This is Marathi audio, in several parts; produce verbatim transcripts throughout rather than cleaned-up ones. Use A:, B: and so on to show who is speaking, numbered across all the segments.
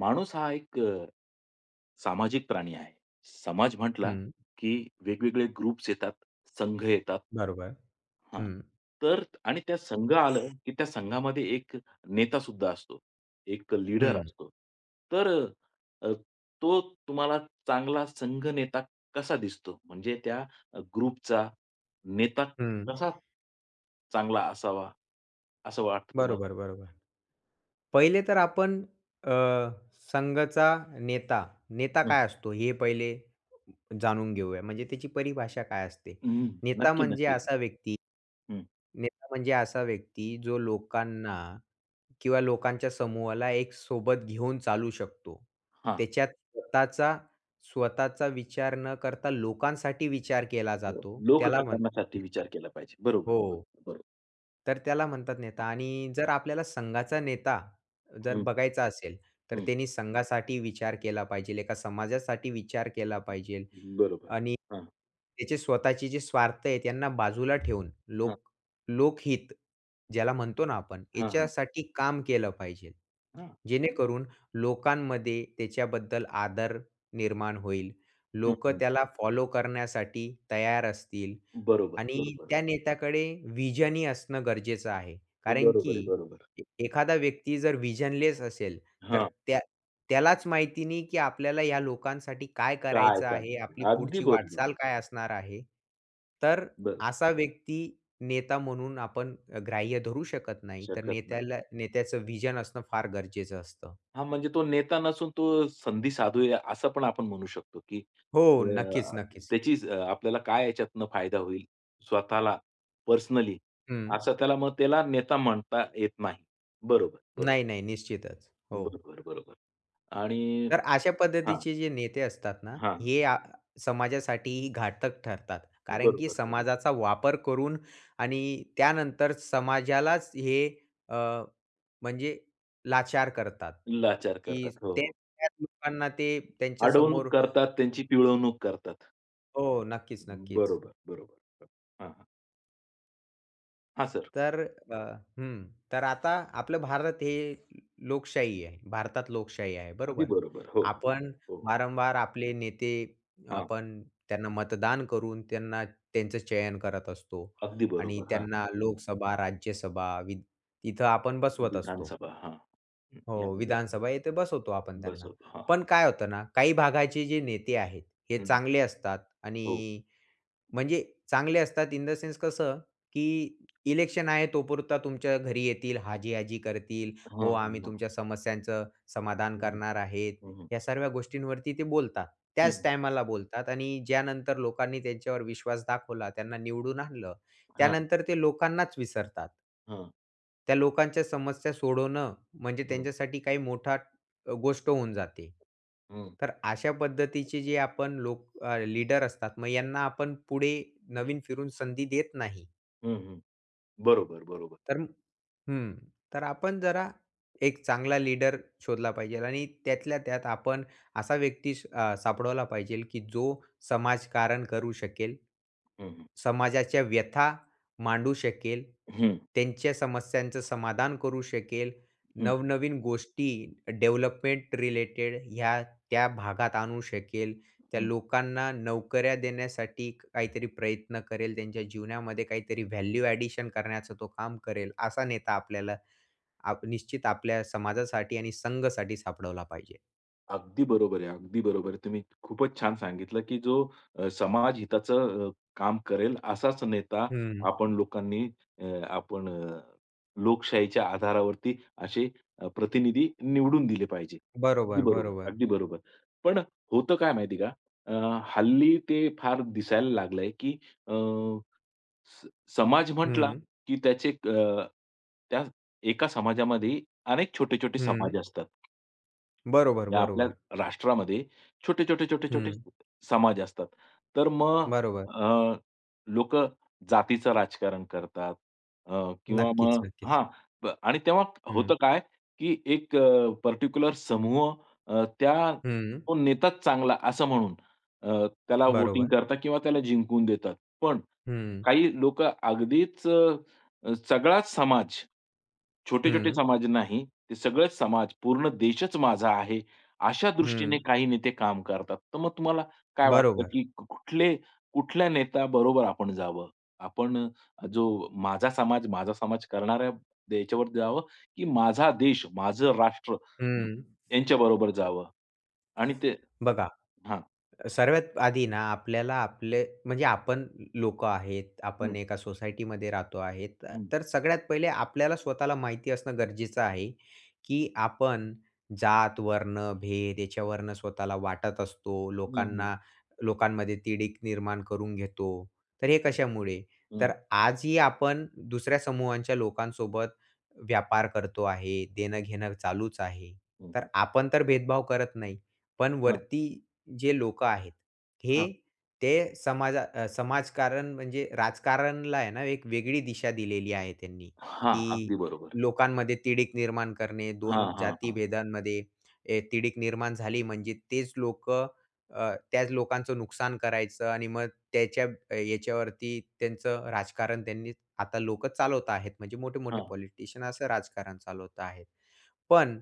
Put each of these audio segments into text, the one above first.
A: माणूस हा एक अ, सामाजिक प्राणी आहे. समाज म्हटला,
B: हं,
A: की वेगवेगळे ग्रुप्स येतात, संघ येतात.
B: बरोबर.
A: हां.
B: हं,
A: तर आणि त्या संघ आलं, की त्या संघामध्ये एक नेता सुद्धा असतो. एक
B: हं,
A: लीडर असतो. तर अ, तो तुम्हाला चांगला संघ नेता कसा दिसतो? म्हणजे त्या ग्रुपचा नेता
B: हं.
A: कसा चांगला असावा, असं वाटतं तुम्हाला?
B: बरोबर, बरोबर. पहिले तर आपण अ, संघाचा नेता, नेता
A: हं,
B: काय असतो हे पहिले जाणून घेऊया. म्हणजे त्याची परिभाषा काय असते?
A: हं.
B: नेता
A: नक्की,
B: म्हणजे
A: नक्की.
B: असा व्यक्ती
A: हं.
B: नेता म्हणजे असा व्यक्ती जो लोकांना किंवा लोकांच्या समूहाला एक सोबत घेऊन चालू शकतो.
A: हां.
B: त्याच्यात स्वतःचा स्वतःचा विचार न करता लोकांसाठी विचार केला
A: हो.
B: जातो. त्याला म्हणतात
A: लोककल्याणासाठी
B: नेता.
A: विचार केला पाहिजे. बरोबर,
B: हो.
A: बरोबर, बरोबर.
B: तर त्याला म्हणतात नेता आणि जर आपल्याला संघाचा नेता जर
A: हं,
B: बघायचा असेल, तर
A: हं.
B: त्यांनी संघासाठी विचार केला पाहिजे, एका समाजासाठी विचार केला पाहिजे
A: बरोबर.
B: आणि
A: हां,
B: त्याचे स्वतःचे जे स्वार्थ आहेत, त्यांना बाजूला ठेवून
A: हां,
B: लोक लोकहित ज्याला म्हणतो ना आपण,
A: हां, हां,
B: याच्यासाठी काम केलं पाहिजे.
A: हां.
B: जेणेकरून लोकांमध्ये त्याच्याबद्दल आदर निर्माण होईल.
A: हं,
B: लोक
A: हं.
B: त्याला फॉलो करण्यासाठी तयार असतील
A: बरोबर,
B: आणि
A: बरोबर.
B: त्या नेत्याकडे व्हिजनही असणं गरजेचं आहे. कारण
A: बरोबर
B: की
A: आहे, बरोबर.
B: ए एखादा व्यक्ती जर व्हिजनलेस असेल, तर
A: हां.
B: त्या त्यालाच माहिती नाही की आपल्याला या लोकांसाठी काय
A: काय
B: करायचं आहे,
A: चाललं?
B: आपली
A: अगदी
B: पुढची
A: बरोबर.
B: वाटचाल काय असणार आहे. तर
A: बरोबर.
B: असा व्यक्ती नेता म्हणून आपण अ, ग्राह्य धरू शकत नाही. तर
A: शकत नाही.
B: नेत्याला नेत्याचं व्हिजन असणं फार गरजेचं असतं.
A: हां, म्हणजे तो नेता नसून तो संधी साधू आहे, असं पण आपण म्हणू शकतो, की
B: हो,
A: अ,
B: नक्कीच, नक्कीच.
A: त्याची अ, आपल्याला काय याच्यातनं फायदा होईल स्वतःला पर्सनली,
B: हं.
A: असं त्याला मग त्याला नेता म्हणता येत नाही. बरोबर, बरोबर.
B: नाही, नाही. निश्चितच. हो.
A: बरोबर, बरोबर. आणि
B: तर अशा
A: हां,
B: पद्धतीचे जे नेते असतात ना,
A: हां.
B: हे आ समाजासाठीही घातक ठरतात. कारण की
A: बरोबर, बरोबर.
B: समाजाचा वापर करून आणि त्यानंतर समाजालाच हे अ, म्हणजे लाचार करतात,
A: लाचार करतात.
B: की
A: हो,
B: ते
A: हो.
B: त्या लोकांना ते
A: अडवणूक
B: त्यांच्यासमोर
A: करतात, त्यांची पिळवणूक करतात.
B: हो, नक्कीच, नक्कीच.
A: बरोबर, बरोबर. हां, हां. हां, सर.
B: तर अ, हं. तर आता आपलं भारत हे लोकशाही आहे. भारतात लोकशाही आहे,
A: अगदी
B: बरोबर?
A: बरोबर. हो,
B: आपण
A: हो.
B: वारंवार आपले नेते
A: हां,
B: आपण त्यांना मतदान करून त्यांना त्यांचं चयन करत असतो
A: अगदी
B: आणि
A: बरोबर. हां,
B: त्यांना लोकसभा, राज्यसभा विद तिथं आपण बसवत असतो.
A: विधानसभा. हां, हं.
B: हो,
A: यामध्ये आपण
B: विधानसभा येथे बसवतो आपण त्यांना.
A: बसवतो. हां,
B: पण काय होतं ना, काही भागाचे जे नेते आहेत, हे
A: हं.
B: चांगले असतात
A: हो.
B: आणि म्हणजे चांगले असतात इन द सेन्स कसं, की इलेक्शन आहे तोपुरता तुमच्या घरी येतील, हाजी-हाजी करतील.
A: हां,
B: "हो,
A: हां,
B: आम्ही
A: हां.
B: तुमच्या समस्यांचं समाधान
A: हं, हं.
B: करणार आहेत."
A: हं, हं.
B: या सर्व गोष्टींवरती ते बोलतात. त्याच
A: हं.
B: टायमाला बोलतात आणि ज्यानंतर लोकांनी त्यांच्यावर विश्वास दाखवला, त्यांना निवडून आणलं, त्यानंतर ते लोकांनाच विसरतात. त्या लोकांच्या समस्या सोडवणं म्हणजे
A: हं,
B: त्यांच्यासाठी काही मोठा अ, गोष्ट होऊन जाते.
A: हं.
B: तर अशा पद्धतीचे जे आपण लोक लीडर असतात, मग यांना आपण पुढे नवीन फिरून संधी देत नाही.
A: हं, हं. बरोबर, बरोबर.
B: तर हं. तर आपण जरा एक चांगला लीडर शोधला पाहिजे आणि त्यातल्या त्यात आपण असा व्यक्ती श अ, सापडवला पाहिजे, की जो समाजकारण करू शकेल.
A: हं, हं.
B: समाजाच्या व्यथा मांडू शकेल.
A: हं,
B: त्यांच्या समस्यांचं समाधान करू शकेल.
A: हं,
B: नवनवीन गोष्टी डेव्हलपमेंट रिलेटेड ह्या त्या भागात आणू शकेल. त्या
A: हं.
B: लोकांना नोकऱ्या देण्यासाठी काहीतरी प्रयत्न करेल, त्यांच्या जीवनामध्ये काहीतरी व्हॅल्यू ॲडिशन करण्याचं तो काम करेल, असा नेता आपल्याला आप निश्चित आपल्या समाजासाठी आणि संघासाठी सापडवला पाहिजे.
A: अगदी बरोबर आहे, अगदी बरोबर आहे. तुम्ही खूपच छान सांगितलं, की जो अ, समाज हिताचं अ, काम करेल असाच नेता
B: हं.
A: आपण लोकांनी अ, आपण अ, लोकशाहीच्या आधारावरती असे अ, प्रतिनिधी निवडून दिले पाहिजे. अगदी
B: बरोबर,
A: बरोबर,
B: बरोबर.
A: अगदी बरोबर. पण होतं काय माहिती आहे का? अ, हल्ली ते फार दिसायला लागलंय, की अ, स समाज म्हटला,
B: हं,
A: की त्याचे अ, त्या एका समाजामध्ये अनेक छोटे-छोटे
B: हं.
A: समाज असतात.
B: बरोबर,
A: या आपल्या
B: बरोबर.
A: राष्ट्रामध्ये छोटे, छोटे, छोटे, छोटे
B: हं.
A: समाज असतात. तर मग
B: बरोबर.
A: लोक लोकं जातीचं राजकारण करतात अ, किंवा
B: नक्कीच,
A: मग
B: नक्कीच.
A: हां, ब आणि तेव्हा
B: हं,
A: होतं काय, की एक अ, पर्टिक्युलर समूह अ, त्या
B: हं.
A: तो नेताच चांगला असं म्हणून अ, त्याला वोटिंग
B: बरोबर.
A: करतात किंवा त्याला जिंकून देतात. पण
B: हं,
A: काही लोकं अगदीच अ, सगळाच समाज, छोटे-छोटे
B: हं,
A: समाज नाही, ते सगळेच समाज, पूर्ण देशच माझा आहे अशा दृष्टीने
B: हं.
A: काही नेते काम करतात. तर मग तुम्हाला काय वाटतं,
B: बरोबर.
A: की कुठले कुठल्या नेत्याबरोबर आपण जावं? आपण अ, जो माझा समाज, माझा समाज करणाऱ्या याच्यावर जावं, की माझा देश, माझं राष्ट्र
B: हं.
A: यांच्याबरोबर जावं? आणि ते
B: बघा,
A: हां.
B: सर्वात आधी ना आपल्याला आपले म्हणजे आपण लोकं आहेत, आपण
A: हं,
B: एका सोसायटीमध्ये राहतो आहेत.
A: हं,
B: तर सगळ्यात पहिले आपल्याला स्वतःला माहिती असणं गरजेचं आहे, की आपण जात, वर्ण, भेद याच्यावरनं स्वतःला वाटत असतो.
A: हं, हं,
B: लोकांना लोकांमध्ये तिढीक निर्माण करून घेतो. तर हे कशामुळे? तर
A: हं,
B: आजही आपण दुसऱ्या समूहांच्या लोकांसोबत व्यापार करतो आहे, देणं-घेणं चालूच आहे.
A: हं, हं,
B: तर
A: हं.
B: आपण तर भेदभाव करत नाही. पण
A: हां,
B: वरती जे लोकं आहेत,
A: हां.
B: हे ते समाजा अ, समाजकारण म्हणजे राजकारणला आहे ना, एक वेगळी दिशा दिलेली आहे त्यांनी,
A: अगदी
B: की
A: बरोबर.
B: लोकांमध्ये तिढीक निर्माण करणे,
A: हां,
B: दोन
A: हां, हां,
B: जातीभेदांमध्ये ए, तिढीक निर्माण झाली म्हणजे तेच लोकं अ, त्याच लोकांचं नुकसान करायचं आणि मग त्याच्या अ, याच्यावरती त्यांचं राजकारण त्यांनी आता लोकं चालवत आहेत. म्हणजे मोठे-मोठे
A: हां.
B: पॉलिटिशियन असं राजकारण चालवत आहेत. पण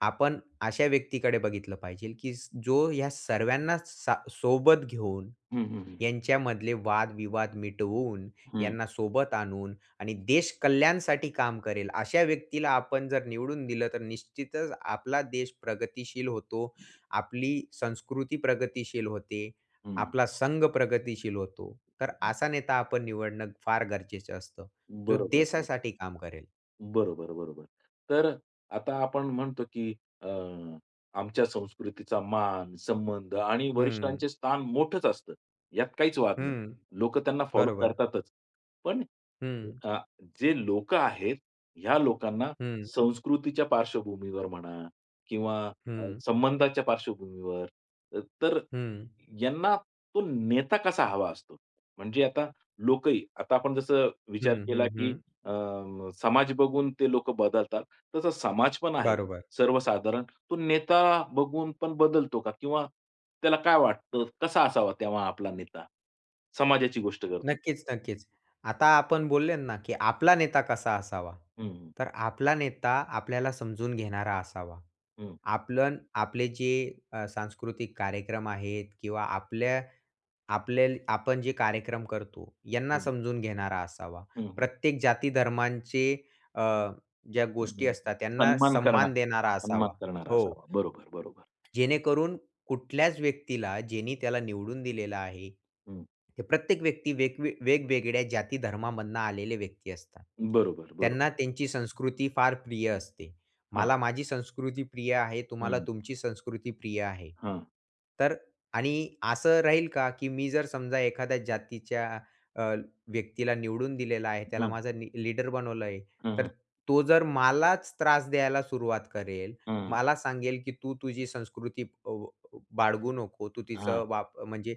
B: आपण अशा व्यक्तीकडे बघितलं पाहिजे, की स- जो ह्या सर्वांना सा सोबत घेऊन,
A: हं, हं, हं.
B: यांच्यामधले वाद-विवाद मिटवून,
A: हं,
B: यांना सोबत आणून आणि देश कल्याणसाठी काम करेल, अशा व्यक्तीला आपण जर निवडून दिलं, तर निश्चितच आपला देश प्रगतिशील होतो. आपली संस्कृती प्रगतिशील होते.
A: हं,
B: आपला संघ प्रगतिशील होतो. तर
A: हं.
B: असा नेता आपण निवडणं फार गरजेचं असतं, जो
A: बरोबर.
B: देशासाठी काम करेल.
A: बरोबर, बरोबर. तर आता आपण म्हणतो, की अ, आमच्या संस्कृतीचा मान, संबंध आणि
B: हं,
A: वरिष्ठांचे स्थान मोठंच असतं. यात काहीच वाद नाही.
B: हं.
A: लोक त्यांना फॉलो
B: बरोबर.
A: करतातच. पण
B: हं,
A: अ, जे लोक आहेत, ह्या लोकांना
B: हं,
A: संस्कृतीच्या पार्श्वभूमीवर म्हणा किंवा अ,
B: हं.
A: संबंधाच्या पार्श्वभूमीवर अ, तर
B: हं.
A: यांना तो नेता कसा हवा असतो? म्हणजे आता लोकही आता आपण जसं विचार
B: हं,
A: केला,
B: हं,
A: की
B: हं.
A: अ, समाज बघून ते लोकं बदलतात. तसा समाज पण आहे
B: बरोबर.
A: सर्वसाधारण. तो नेता बघून पण बदलतो का? किंवा त्याला काय वाटतं, कसा असावा तेव्हा आपला नेता? समाजाची गोष्ट करतोय.
B: नक्कीच, नक्कीच. आता आपण बोलले ना, की आपला नेता कसा असावा?
A: हं,
B: तर आपला नेता आपल्याला समजून घेणारा असावा.
A: हं,
B: आपलं आपले जे अ, सांस्कृतिक कार्यक्रम आहेत किंवा आपल्या आपले आपण जे कार्यक्रम करतो, यांना
A: हं,
B: समजून घेणारा असावा.
A: हं, हं,
B: प्रत्येक जाती धर्मांचे अ, ज्या गोष्टी असतात, त्यांना
A: सन्मान करणार,
B: सम्मान देणारा असावा.
A: सन्मान करणारा
B: हो.
A: असावा. बरोबर, बरोबर.
B: जेणेकरून कुठल्याच व्यक्तीला, ज्यांनी त्याला निवडून दिलेलं आहे ते
A: हं.
B: प्रत्येक व्यक्ती वेगवे वेगवेगळ्या जाती धर्मामधनं आलेले व्यक्ती असतात.
A: बरोबर,
B: त्यांना
A: बरोबर.
B: त्यांची संस्कृती फार प्रिय असते.
A: हां.
B: मला माझी संस्कृती प्रिय आहे, तुम्हाला
A: हं,
B: तुमची संस्कृती प्रिय आहे.
A: हां,
B: तर आणि असं राहील का, की मी जर समजा एखाद्या जातीच्या अ, व्यक्तीला निवडून दिलेला आहे, त्याला
A: हं,
B: माझा नि लीडर बनवलं आहे,
A: हं,
B: तर
A: हं,
B: तो जर मलाच त्रास द्यायला सुरुवात करेल,
A: हं,
B: मला सांगेल, की "तू तुझी संस्कृती अ, बाळगू नको, तू
A: हां,
B: तिचं वाप म्हणजे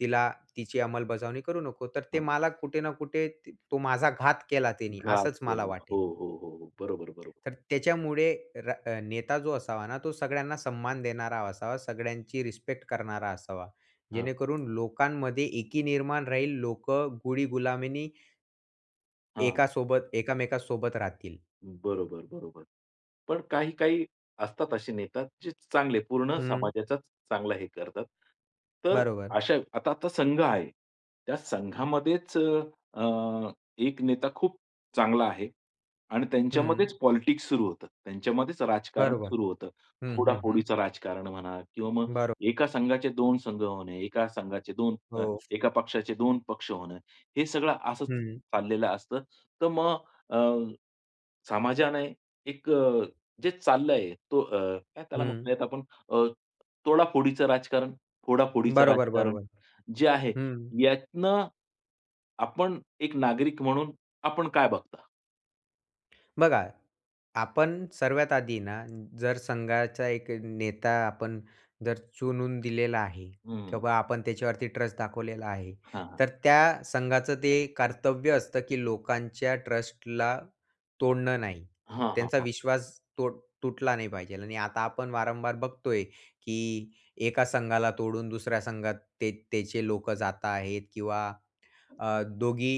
B: तिला तिची अंमलबजावणी करू नको. तर ते मला कुठे ना कुठे त तो माझा घात केला त्यानी
A: घात
B: असंच मला
A: केला. हो,
B: वाटेल.
A: हो, हो, हो. बरोबर, बरोबर.
B: तर त्याच्यामुळे र अ, नेता जो असावा ना, तो सगळ्यांना सन्मान देणारा असावा, सगळ्यांची रिस्पेक्ट करणारा असावा.
A: हां,
B: जेणेकरून लोकांमध्ये एकी निर्माण राहील. लोकं गोडी गुलामीनी
A: हां.
B: एकासोबत एकामेकांसोबत राहतील.
A: बरोबर, बरोबर. पण काही-काही असतात असे नेता, जे चांगले पूर्ण
B: हं,
A: समाजाचाच चांगला हे करतात. तर
B: बरोबर.
A: अशा आता आता संघ आहे. त्या संघामध्येच अ, एक नेता खूप चांगला आहे आणि
B: हं,
A: त्यांच्यामध्येच पॉलिटिक्स सुरू होतं. त्यांच्यामध्येच राजकारण
B: बरोबर.
A: सुरू होतं.
B: हं, हं, हं.
A: फोडाफोडीचं राजकारण म्हणा किंवा मग
B: बरो
A: एका संघाचे दोन संघ होणे, एका संघाचे दोन अ,
B: हो.
A: एका पक्षाचे दोन पक्ष होणं, हे सगळं असंच
B: हं,
A: चाललेलं असतं. तर मग अ, समाजाने एक अ, जे चाललंय तो अ, काय त्याला
B: हं.
A: म्हणूयात आपण अ, तोडाफोडीचं राजकारण, फोडाफोडीचं
B: बरोबर,
A: राजकारण
B: बरोबर.
A: जे आहे,
B: हं.
A: यातनं आपण एक नागरिक म्हणून आपण काय बघता?
B: बघा, आपण सर्वात आधी ना, जर संघाचा एक नेता आपण जर चुनून दिलेला आहे
A: हं.
B: किंवा आपण त्याच्यावरती ट्रस्ट दाखवलेला आहे,
A: हां, हां.
B: तर त्या संघाचं ते कर्तव्य असतं, की लोकांच्या ट्रस्टला तोडणं नाही.
A: हां, हां,
B: त्यांचा
A: हां.
B: विश्वास तोड तुटला नाही पाहिजे आणि आता आपण वारंवार बघतोय, की एका संघाला तोडून दुसऱ्या संघात ते त्याचे लोकं जात आहेत किंवा अ, दोघी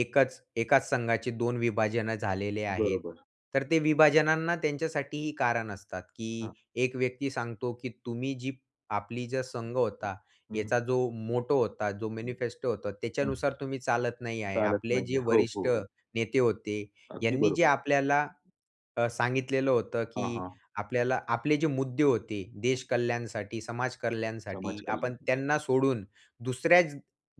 B: एकच एकाच संघाचे दोन विभाजनं झालेले आहेत.
A: बरोबर.
B: तर ते विभाजनांना त्यांच्यासाठीही कारण असतात,
A: हां.
B: की एक व्यक्ती सांगतो, की तुम्ही जी आपली जो संघ होता,
A: हं, हं,
B: याचा जो मोटो होता, जो मॅनिफेस्टो होता,
A: हं.
B: त्याच्यानुसार तुम्ही चालत नाही आहे.
A: चालत
B: आपले जे
A: नाहीये. हो, हो,
B: वरिष्ठ
A: हो.
B: नेते होते,
A: अगदी
B: यांनी जे
A: बरोबर.
B: आपल्याला अ, सांगितलेलं होतं,
A: हां,
B: की
A: हां.
B: आपल्याला आपले जे मुद्दे होते, देश कल्याणसाठी, समाज
A: समाज
B: कल्याणसाठी, आपण
A: कल्याणासाठी.
B: त्यांना सोडून दुसऱ्याच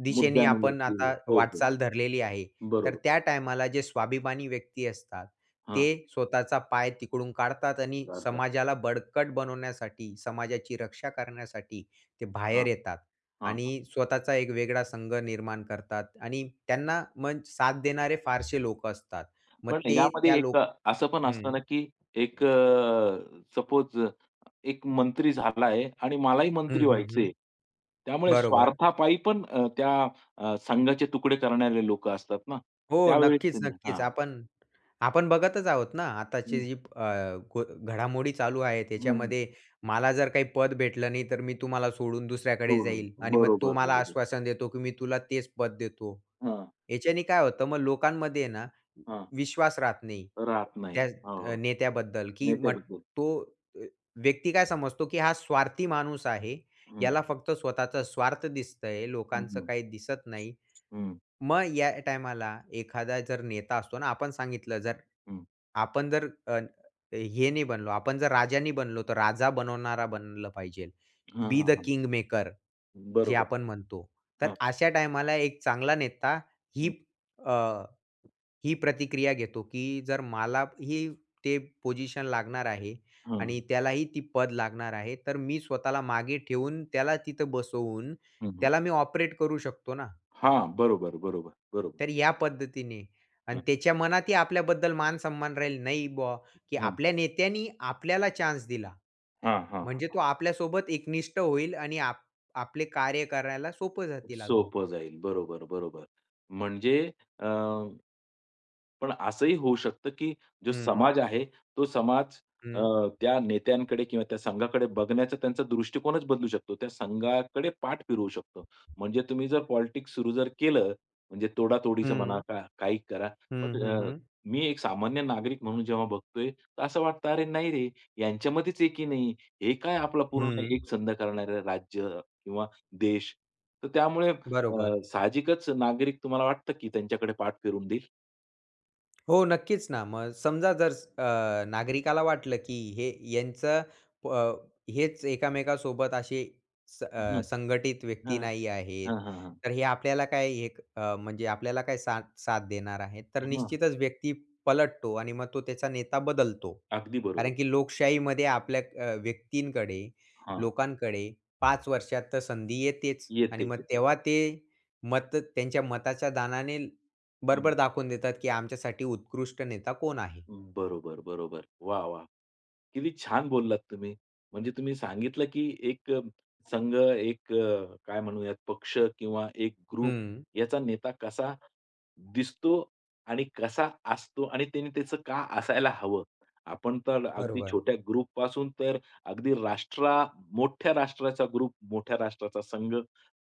B: दिशेने आपण
A: मुद्द्यांवरती.
B: आता
A: हो, हो,
B: वाटचाल
A: हो.
B: धरलेली आहे. तर
A: बरोबर.
B: त्या टायमाला जे स्वाभिमानी व्यक्ती असतात,
A: हां.
B: ते स्वतःचा पाय तिकडून काढतात आणि
A: अर्थात.
B: समाजाला बळकट बनवण्यासाठी, समाजाची रक्षा करण्यासाठी ते
A: हां,
B: बाहेर येतात
A: हां.
B: आणि स्वतःचा एक वेगळा संघ निर्माण करतात आणि त्यांना मग साथ देणारे फारसे लोकं असतात. मग
A: पण
B: ते
A: यामध्ये
B: त्या
A: एक
B: लोक
A: असं पण असतं
B: हं.
A: ना, की एक अ, सपोज एक मंत्री झाला आहे आणि मलाही मंत्री
B: हं, हं,
A: व्हायचंय.
B: हं.
A: त्यामुळे
B: बरोबर.
A: स्वार्थापायी पण अ, त्या अ, संघाचे तुकडे करणारे लोकं असतात ना.
B: हो.
A: त्यावेळी
B: नक्कीच,
A: तुम्ही हां.
B: नक्कीच. आपण आपण बघतच आहोत ना, आताची
A: हं,
B: जी अ, गो घडामोडी चालू आहे
A: हं.
B: त्याच्यामध्ये मला जर काही पद भेटलं नाही, तर मी तुम्हाला सोडून दुसऱ्याकडे
A: सोडून.
B: जाईल आणि मग तो
A: बरोबर,
B: मला
A: बरोबर.
B: आश्वासन देतो, की मी तुला तेच पद देतो.
A: हां,
B: याच्याने काय होतं मग लोकांमध्ये ना,
A: हां.
B: विश्वास राहत नाही
A: राहत नाही.
B: त्या
A: हो,
B: अ,
A: हो.
B: नेत्याबद्दल, की मग
A: नेत्याबद्दल.
B: तो अ, व्यक्ती काय समजतो, की हा स्वार्थी माणूस आहे.
A: हं,
B: याला फक्त स्वतःचा स्वार्थ दिसतंय,
A: हं,
B: लोकांचं
A: हं,
B: काही दिसत नाही.
A: हं,
B: मग या टायमाला एखादा जर नेता असतो ना, आपण सांगितलं जर
A: हं.
B: आपण जर अ, हे नाही बनलो, आपण जर राजा नाही बनलो, तर राजा बनवणारा बनलं पाहिजे.
A: हां,
B: बी द
A: हां,
B: किंग मेकर जे
A: बरोबर.
B: आपण म्हणतो. तर
A: हां,
B: अशा टायमाला एक चांगला नेता ही
A: हं,
B: अ, ही प्रतिक्रिया घेतो, की जर मला ही ते पोझिशन लागणार आहे
A: हां,
B: आणि त्यालाही ती पद लागणार आहे, तर मी स्वतःला मागे ठेवून त्याला तिथं बसवून
A: हं, हं.
B: त्याला मी ऑपरेट करू शकतो ना.
A: बरोबर, बरोबर, बरोबर.
B: तर या पद्धतीने आणि
A: हं,
B: त्याच्या मनातही आपल्याबद्दल मान-सन्मान राहील, नाही बुवा, की आपल्या नेत्यांनी आपल्याला चान्स दिला.
A: हां, हां,
B: म्हणजे
A: हां.
B: तो आपल्यासोबत एकनिष्ठ होईल आणि आप आपले कार्य करायला सोपं जातील अजून.
A: सोपं जाईल. बरोबर, बरोबर. म्हणजे अ, पण असंही होऊ शकतं, की जो
B: हं,
A: समाज आहे, तो समाज अ,
B: हं,
A: त्या नेत्यांकडे किंवा त्या संघाकडे बघण्याचा त्यांचा दृष्टिकोनच बदलू शकतो. त्या संघाकडे पाठ फिरवू शकतो. म्हणजे तुम्ही जर पॉलिटिक्स सुरू जर केलं, म्हणजे तोडातोडीचं म्हणा,
B: हं,
A: का काही करा.
B: हं,
A: पण
B: हं,
A: अ,
B: हं,
A: मी एक सामान्य नागरिक म्हणून जेव्हा बघतोय, तर असं वाटतं, "अरे नाही रे, यांच्यामध्येच एकी नाही. हे काय आपला पूर्ण
B: हं.
A: एकसंध करणारं राज्य किंवा देश." तर त्यामुळे
B: बरोबर.
A: अ, साहजिकच नागरिक तुम्हाला वाटतं, की त्यांच्याकडे पाठ फिरून
B: हो, नक्कीच ना. मग समजा जर अ, नागरिकाला वाटलं की हे यांचं अ, हेच एकामेकांसोबत असे स अ,
A: देईल.
B: संघटित व्यक्ती
A: हां.
B: नाही आहेत.
A: हां, हां, हां.
B: तर हे आपल्याला काय हे क- अ, म्हणजे आपल्याला काय साथ साथ देणार आहेत. तर
A: हां.
B: निश्चितच व्यक्ती पलटतो आणि मग तो त्याचा नेता बदलतो.
A: अगदी बरोबर.
B: कारण की लोकशाहीमध्ये आपल्या अ, व्यक्तींकडे,
A: हां.
B: लोकांकडे पाच वर्षात तर संधी येतेच
A: येते,
B: आणि मग
A: येते.
B: तेव्हा ते मत त्यांच्या मताच्या दानाने
A: हं.
B: बरोबर दाखवून देतात, की आमच्यासाठी उत्कृष्ट नेता कोण आहे?
A: बरोबर, बरोबर. वाह! वाह! किती छान बोललात तुम्ही. म्हणजे तुम्ही सांगितलं, की एक अ, संघ, एक अ, काय म्हणूयात पक्ष किंवा एक ग्रुप
B: हं.
A: याचा नेता कसा दिसतो आणि कसा असतो आणि त्याने त्याचं का असायला हवं. आपण तर अगदी
B: बरोबर.
A: छोट्या ग्रुपपासून तर अगदी राष्ट्रा मोठ्या राष्ट्राचा ग्रुप, मोठ्या राष्ट्राचा संघ,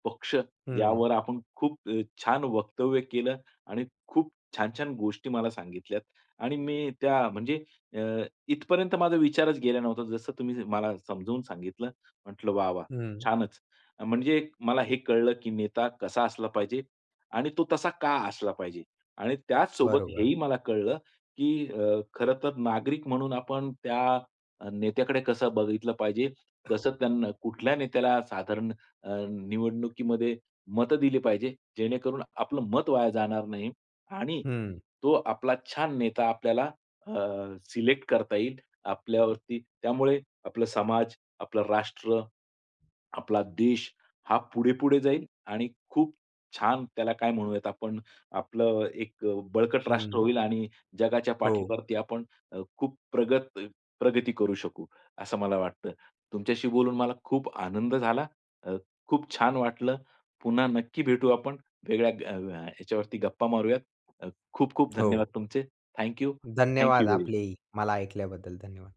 A: पक्ष
B: हं,
A: यावर आपण खूप अ, छान वक्तव्य केलं आणि खूप छान-छान गोष्टी मला सांगितल्यात आणि मी त्या म्हणजे अ, इथपर्यंत माझा विचारच गेला नव्हता. जसं तुम्ही मला समजावून सांगितलं, म्हटलं वाह, वाह!
B: हं.
A: छानच. म्हणजे मला हे कळलं की नेता कसा असला पाहिजे आणि तो तसा का असला पाहिजे? आणि त्याचसोबत
B: बरोबर.
A: हेही मला कळलं, की अ, खरं तर नागरिक म्हणून आपण त्या अ, नेत्याकडे कसं बघितलं पाहिजे, कसं त्यांना कुठल्या नेत्याला साधारण अ, निवडणुकीमध्ये मतं दिली पाहिजे, जेणेकरून आपलं मत वाया जाणार नाही आणि
B: हं,
A: तो आपला छान नेता आपल्याला सिलेक्ट करता येईल आपल्यावरती. त्यामुळे आपला समाज, आपलं राष्ट्र, आपला देश हा पुढे-पुढे जाईल आणि खूप छान त्याला काय म्हणूयात आपण, आपलं एक अ, बळकट राष्ट्र
B: हं.
A: होईल आणि जगाच्या
B: हो,
A: पाठीवरती आपण अ, खूप प्रगत प्रगती करू शकू, असं मला वाटतं. तुमच्याशी बोलून मला खूप आनंद झाला. अ, खूप छान वाटलं. पुन्हा नक्की भेटू आपण. वेगळ्या ग अ, याच्यावरती गप्पा मारूयात. अ, खूप खूप
B: हो.
A: धन्यवाद तुमचे. Thank you.
B: धन्यवाद
A: व्हेरी
B: आपलेही. मला ऐकल्याबद्दल धन्यवाद.